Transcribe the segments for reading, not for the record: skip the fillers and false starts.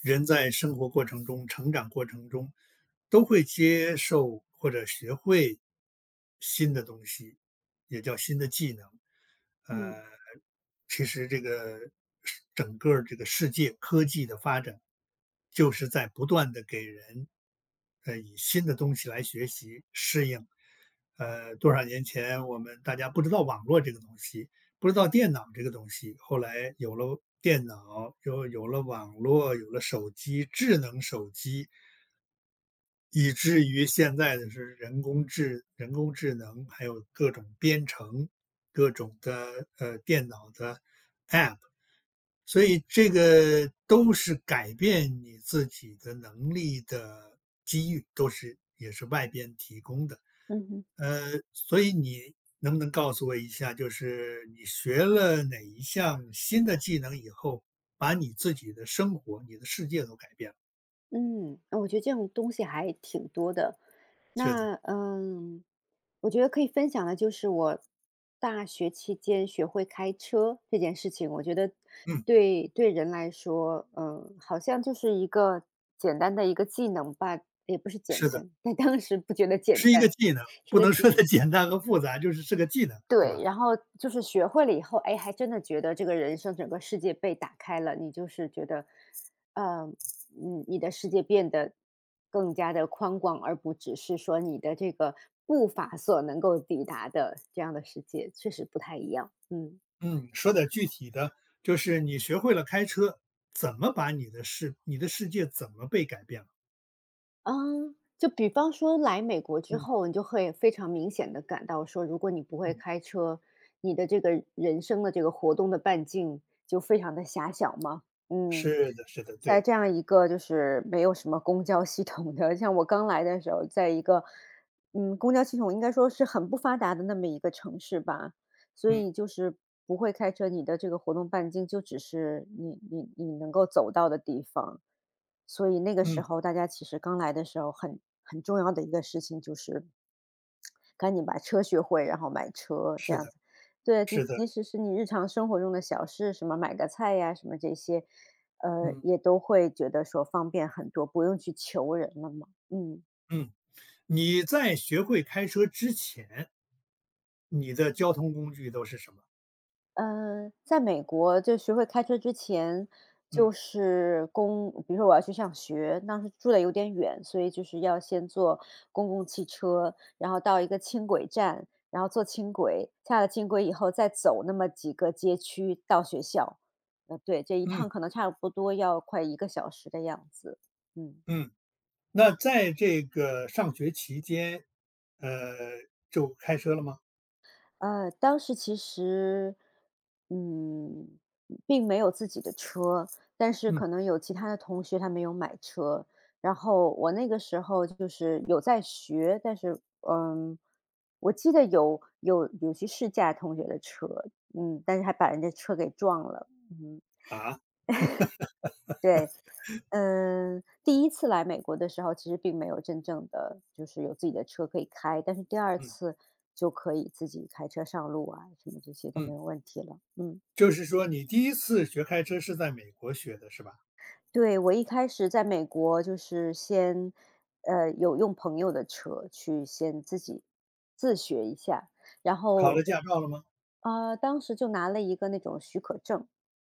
人在生活过程中、成长过程中，都会接受或者学会新的东西，也叫新的技能。嗯呃，其实这个整个儿这个世界科技的发展，就是在不断的给人，以新的东西来学习适应。多少年前我们大家不知道网络这个东西，不知道电脑这个东西，后来有了电脑，有了网络，有了手机，智能手机，以至于现在的是人工智能，还有各种编程，各种的电脑的 App，所以这个都是改变你自己的能力的机遇，都是也是外边提供的。嗯哼，所以你能不能告诉我一下，就是你学了哪一项新的技能以后，把你自己的生活、你的世界都改变了？嗯，呃我觉得这种东西还挺多的。是的，那我觉得可以分享的就是我大学期间学会开车这件事情，我觉得嗯，对人来说，好像就是一个简单的一个技能吧，也不是简是的，单，但当时不觉得简是一个单，技能，是不个能技说能。的 简单和复杂，就是是个技能，对吧？对，然后就是学会了以后，哎，还真的觉得这个人生整个世界被打开了，你就是觉得，呃，你的世界变得更加的宽广，而不只是说你的这个步伐所能够抵达的这样的世界，确实不太一样。嗯。嗯，说点具体的，就是你学会了开车，怎么把你的世界怎么被改变了？嗯，就比方说来美国之嗯后，你就会非常明显的感到说，如果你不会嗯，开车，你的这个人生的这个活动的半径就非常的狭小嘛。嗯，是的，是的，在对，这样一个就是没有什么公交系统的像我刚来的时候，在一个，公交系统应该说是很不发达的那么一个城市吧，所嗯以就是不会开车，你的这个活动半径就只是你能够走到的地方。所以那个时嗯，候大家其实刚来的时候很重要的一个事情就是赶紧把车学会，然后买车这是样的，子。对，就是的，即使是你日常生活中的小事，什么买个菜呀，什么这些，嗯也都会觉得说方便很多，不用去求人了嘛。嗯。嗯。你在学会开车之前，你的交通工具都是什么？嗯，在美国就学会开车之前，嗯就是比如说我要去上学，当时住的有点远，所以就是要先坐公共汽车，然后到一个轻轨站，然后坐轻轨，下了轻轨以后再走那么几个街区到学校。对，这一嗯趟可能差不多要快一个小时的样子，嗯。嗯，那在这个上学期间，呃，就开车了吗？当时其实，嗯，并没有自己的车，但是嗯可能有其他的同学他没有买车，然后我那个时候就是有在学，但是嗯，我记得有些试驾同学的车，但是还把人家车给撞了，嗯。啊，对，第一次来美国的时候，其实并没有真正的就是有自己的车可以开，但是第二嗯次就可以自己开车上路啊，什么这些都没嗯。有问题了，嗯。就是说你第一次学开车是在美国学的，是吧？对，我一开始在美国就是先，有用朋友的车去先自己自学一下，然考了后，驾照了吗？当时就拿了一个那种许可证，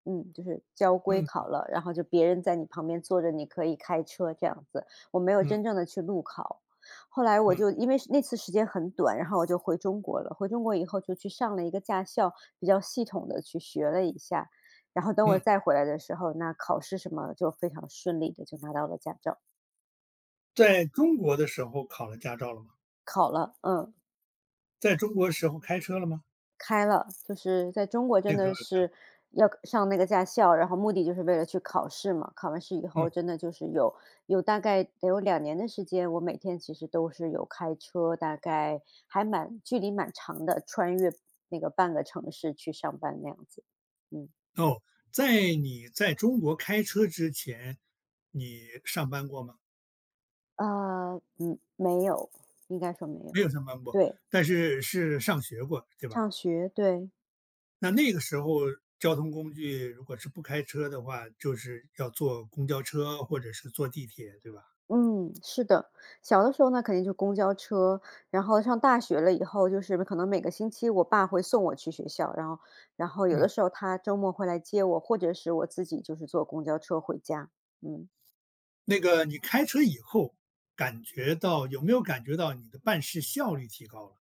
就是交规考嗯了，然后就别人在你旁边坐着，你可以开车这样子。我没有嗯真正的去路考，后来我嗯就因为是那次时间很短，然后我就回中国了。回中国以后就去上了一个驾校，比较系统的去学了一下，然后等我嗯，再回来的时候，那考试什么就非常顺利的就拿到了驾照，在中国的时候考了驾照了吗？考了，嗯，在中国时候开车了吗？开了。就是在中国那真个时候的就开了。是要上那个驾校，然后目的就是为了去考试嘛。考完试以嗯。后，真的就是有大概得有两年的时间，我每天其实都是有开车，大概还蛮距离蛮长的，穿越那个半个城市去上班那样子。嗯，哦，在你在中国开车之前，你上班过吗？啊，嗯，没有，应该说没有。没有上班过，对，但是是上学过，对吧？上学，对。那那个时候交通工具如果是不开车的话，就是要坐公交车或者是坐地铁，对吧？嗯，是的，小的时候呢，肯定就公交车，然后上大学了以后，就是可能每个星期我爸会送我去学校，然后有的嗯，时候他周末会来接我，或者是我自己就是坐公交车回家。嗯。那个你开车以后，感觉到有没有感觉到你的办事效率提高了？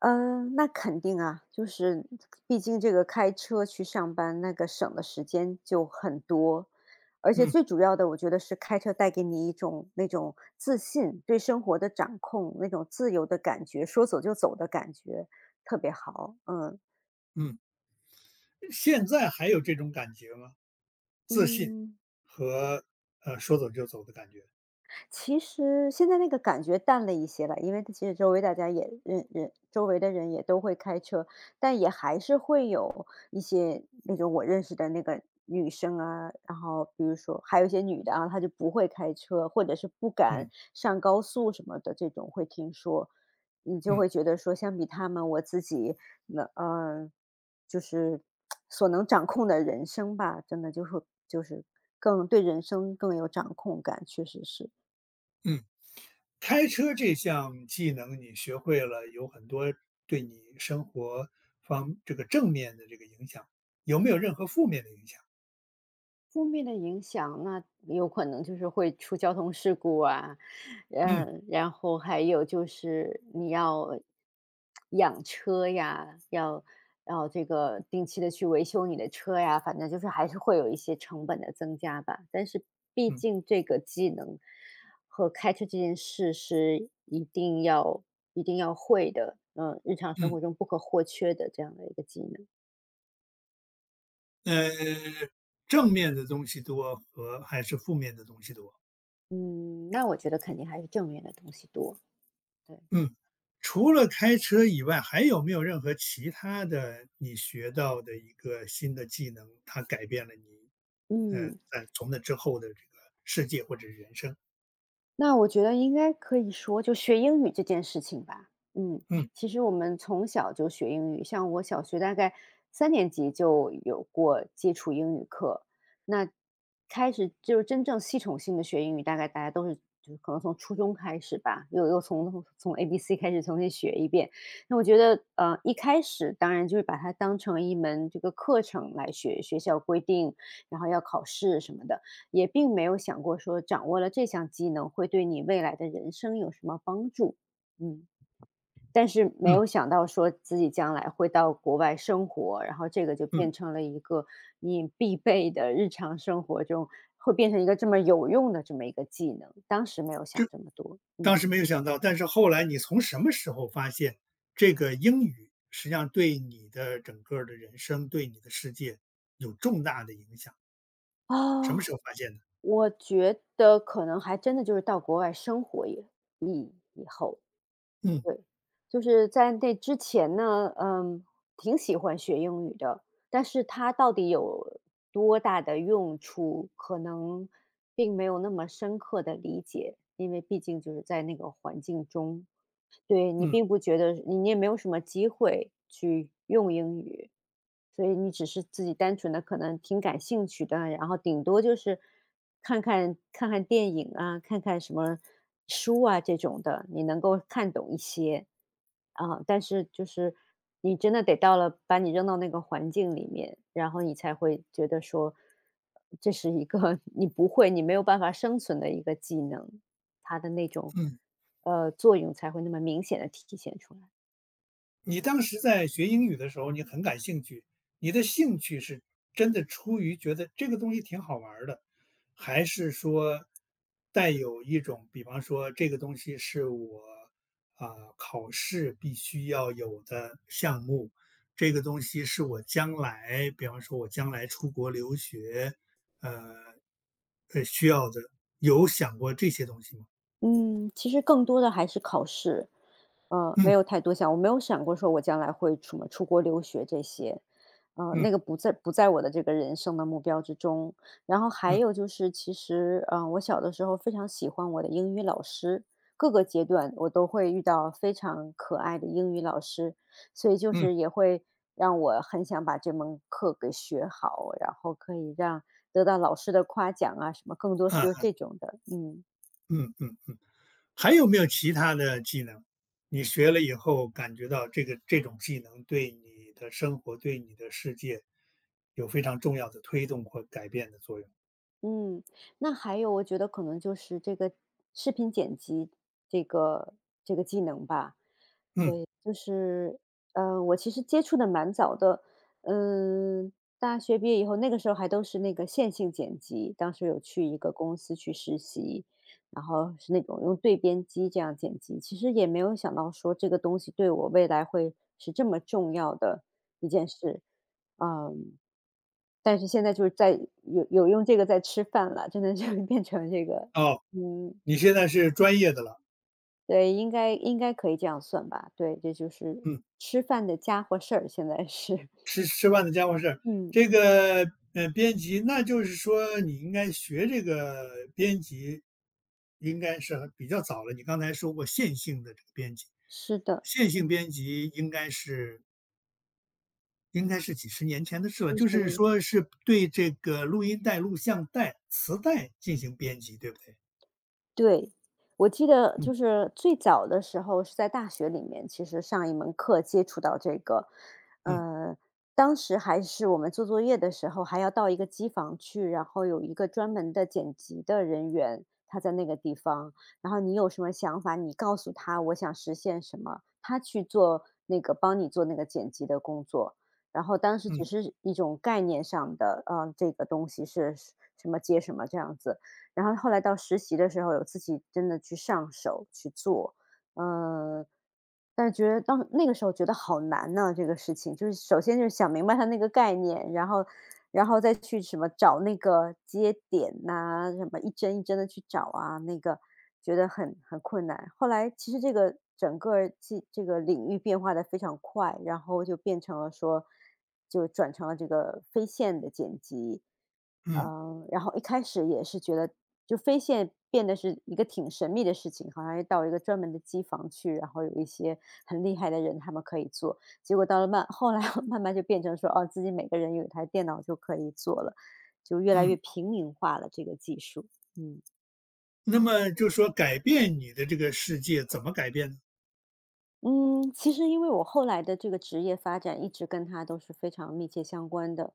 嗯，那肯定啊，就是毕竟这个开车去上班，那个省的时间就很多，而且嗯最主要的，我觉得是开车带给你一种那种自信，对生活的掌控，那种自由的感觉，说走就走的感觉，特别好。嗯嗯，现在还有这种感觉吗？自信嗯，和说走就走的感觉？其实现在那个感觉淡了一些了，因为其实周围大家也认人，周围的人也都会开车，但也还是会有一些那种我认识的那个女生啊，然后比如说还有一些女的啊，她就不会开车，或者是不敢嗯上高速什么的，这种会听说，你就嗯会觉得说，相比他们，我自己那就是所能掌控的人生吧，真的就是更对人生更有掌控感，确实是。嗯。开车这项技能你学会了，有很多对你生活方这个正面的这个影响，有没有任何负面的影响？负面的影响，那有可能就是会出交通事故啊，嗯嗯，然后还有就是你要养车呀，要这个定期的去维修你的车呀，反正就是还是会有一些成本的增加吧。但是毕嗯。竟这个技能和开车这件事是一定要会的，日常生嗯，活中不可或缺的这样的一个技能。呃，正面的东西多和还是负面的东西多？嗯，那我觉得肯定还是正面的东西多，对。嗯，除了开车以外，还有没有任何其他的你学到的一个新的技能，它改变了你，嗯，在从那之后的这个世界或者人生？那我觉得应该可以说，就学英语这件事情吧。嗯，嗯。其实我们从小就学英语，像我小学大概三年级就有过接触英语课。那开始就是真正系统性的学英语，大概大家都是就是可能从初中开始吧，又从 ABC 开始重新学一遍。那我觉得，一开始当然就是把它当成一门这个课程来学，学校规定，然后要考试什么的。也并没有想过说掌握了这项技能会对你未来的人生有什么帮助。嗯，但是没嗯有想到说自己将来会到国外生活，然后这个就嗯。变成了一个你必备的日常生活中会变成一个这么有用的这么一个技能，当时没有想这么多，当嗯。时没有想到，但是后来你从什么时候发现，这个英语实际上对你的整个儿的人生，对你的世界有重大的影响？什啊，么时候发现的？我觉得可能还真的就是到国外生活以后，嗯对，就是在那之前呢，挺喜欢学英语的，但是它到底有多大的用处，可能并没有那么深刻的理解，因为毕竟就是在那个环境中。对，你嗯并不觉得你也没有什么机会去用英语，所以你只是自己单纯的可能挺感兴趣的，然后顶多就是看看电影啊，看看什么书啊这种的，你能够看懂一些。啊，但是就是你真的得到了把你扔到那个环境里面，然后你才会觉得说，这是一个 你不会，你没有办法生存的一个技能。它的那种，嗯。作用才会那么明显的体现出来。你当时在学英语的时候，你很感兴趣，你的兴趣是真的出于觉得这个东西挺好玩儿的，还是说带有一种，比方说这个东西是我啊、考试必须要有的项目，这个东西是我将来，比方说我将来出国留学，呃需要的，有想过这些东西吗？嗯，其实更多的还是考试，没嗯有太多想我没有想过说我将来会什么出国留学这些，那嗯个不在我的这个人生的目标之中。然后还嗯有就是，其实，我小的时候非常喜欢我的英语老师，各个阶段我都会遇到非常可爱的英语老师，所以就嗯是也会让我很想把这门课给学好，然后可以得到老师的夸奖啊，什么更多就是啊这种的，嗯。嗯嗯。还有没有其他的技能，你学了以后感觉到这个这种技能对你的生活、对你的世界有非常重要的推动或改变的作用？嗯，那还有我觉得可能就是这个视频剪辑这个这个技能吧，嗯，就是，我其实接触的蛮早的，嗯，大学毕业以后，那个时候还都是那个线性剪辑，当时有去一个公司去实习，然后是那种用对编机这样剪辑，其实也没有想到说这个东西对我未来会是这么重要的一件事，嗯。但是现在就是在有用这个在吃饭了，真的就变成这个，哦，嗯，你现在是专业的了，对，应该可以这样算吧？对，这就是嗯，吃饭的家伙事儿，现在是，吃饭的家伙事儿，嗯，这个编辑，那就是说你应该学这个编辑，应该是很比较早了。你刚才说过线性的这个编辑，是的，线性编辑应该是几十年前的事了，就是。就是说是对这个录音带、录像带、磁带进行编辑，对不对？对，我记得嗯就是最早的时候是在大学里面，其实上一门课接触到这个，嗯呃，当时还是我们做作业的时候，还要到一个机房去，然后有一个专门的剪辑的人员，他在那个地方，然后你有什么想法，你告诉他我想实现什么，他去做那个帮你做那个剪辑的工作。然后当时只嗯是一种概念上的，这个东西是什么接什么这样子，然后后来到实习的时候，有自己真的去上手去做，呃，但是觉得当那个时候觉得好难呢，这个事情就是首先就是想明白它那个概念，然后再去什么找那个接点呐、什么一针一针的去找啊，那个觉得很困难。后来其实这个整个儿这个领域变化的非常快，然后就变成了说，就转成了这个非线的剪辑。嗯然后一开始也是觉得，就飞线变得是一个挺神秘的事情，好像要到一个专门的机房去，然后有一些很厉害的人他们可以做。结果到了慢，后来 慢慢就变成说，哦，自己每个人有一台电脑就可以做了，就越来嗯。越平民化了这个技术。嗯那么就说改变你的这个世界怎么改变呢？嗯，其实因为我后来的这个职业发展一直跟它都是非常密切相关的，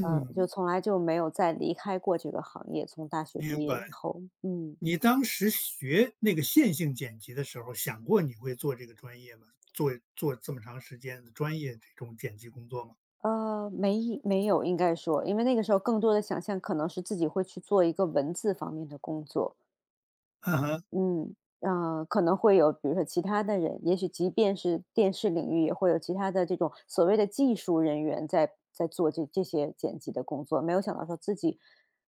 就从来就没有再离开过这个行业，从大学明毕业白。以后，嗯。你当时学那个线性剪辑的时候，想过你会做这个专业吗？做这么长时间的专业这种剪辑工作吗？没有，应该说，因为那个时候更多的想象可能是自己会去做一个文字方面的工作，嗯哼，嗯，可能会有比如说其他的人，也许即便是电视领域，也会有其他的这种所谓的技术人员在做这些剪辑的工作。没有想到说自己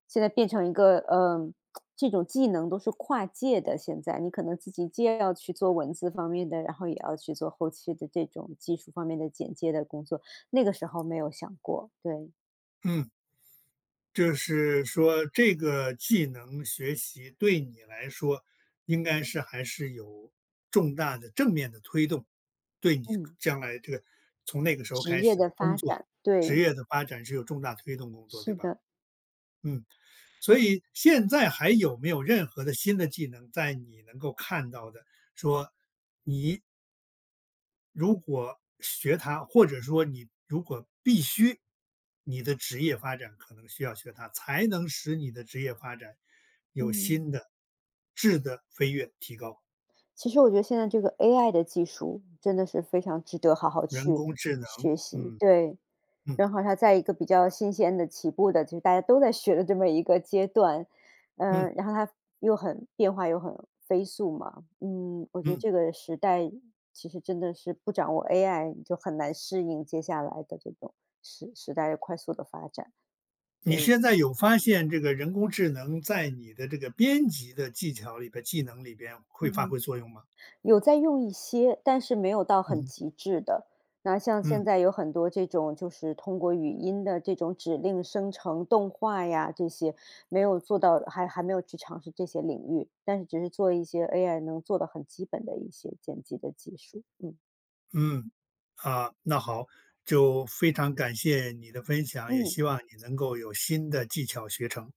现在变成一个，这种技能都是跨界的。现在你可能自己既要去做文字方面的，然后也要去做后期的这种技术方面的剪接的工作，那个时候没有想过，对，嗯。就是说这个技能学习对你来说，应该是还是有重大的正面的推动，对你嗯，将来这个从那个时候职开业始的的工发作、展，职对，业的发展是有重大推动工作，对是吧？的，嗯，所以现在还有没有任何的新的技能在你能够看到的说如果学它，或者说你如果必须，你的职业发展可能需要学它，才能使你的职业发展有嗯。新的质的飞跃提高。其实我觉得现在这个 AI 的技术真的是非常值得好好人去工智能，学习，嗯对。嗯然后它在一个比较新鲜的起步的，就是大家都在学的这么一个阶段，嗯然后它又很变化又很飞速嘛，我觉得嗯，这个时代其实真的是不掌握 AI 就很难适应接下来的这种时代的快速的发展，你所以现在有发现这个人工智能在你的这个编辑的技巧里边、技能里边会嗯发哼。挥作用吗？有在用一些，但是没有到很嗯极致的。那像现嗯。在有很多这种，就是通过语音的这种指令生成动画呀，这些没有做到，还没有去尝试这些领域，但是只是做一些 AI 能做的很基本的一些剪辑的技术。嗯嗯，啊，那好，就非常感谢你的分享，也嗯。希望你能够有新的技巧学成。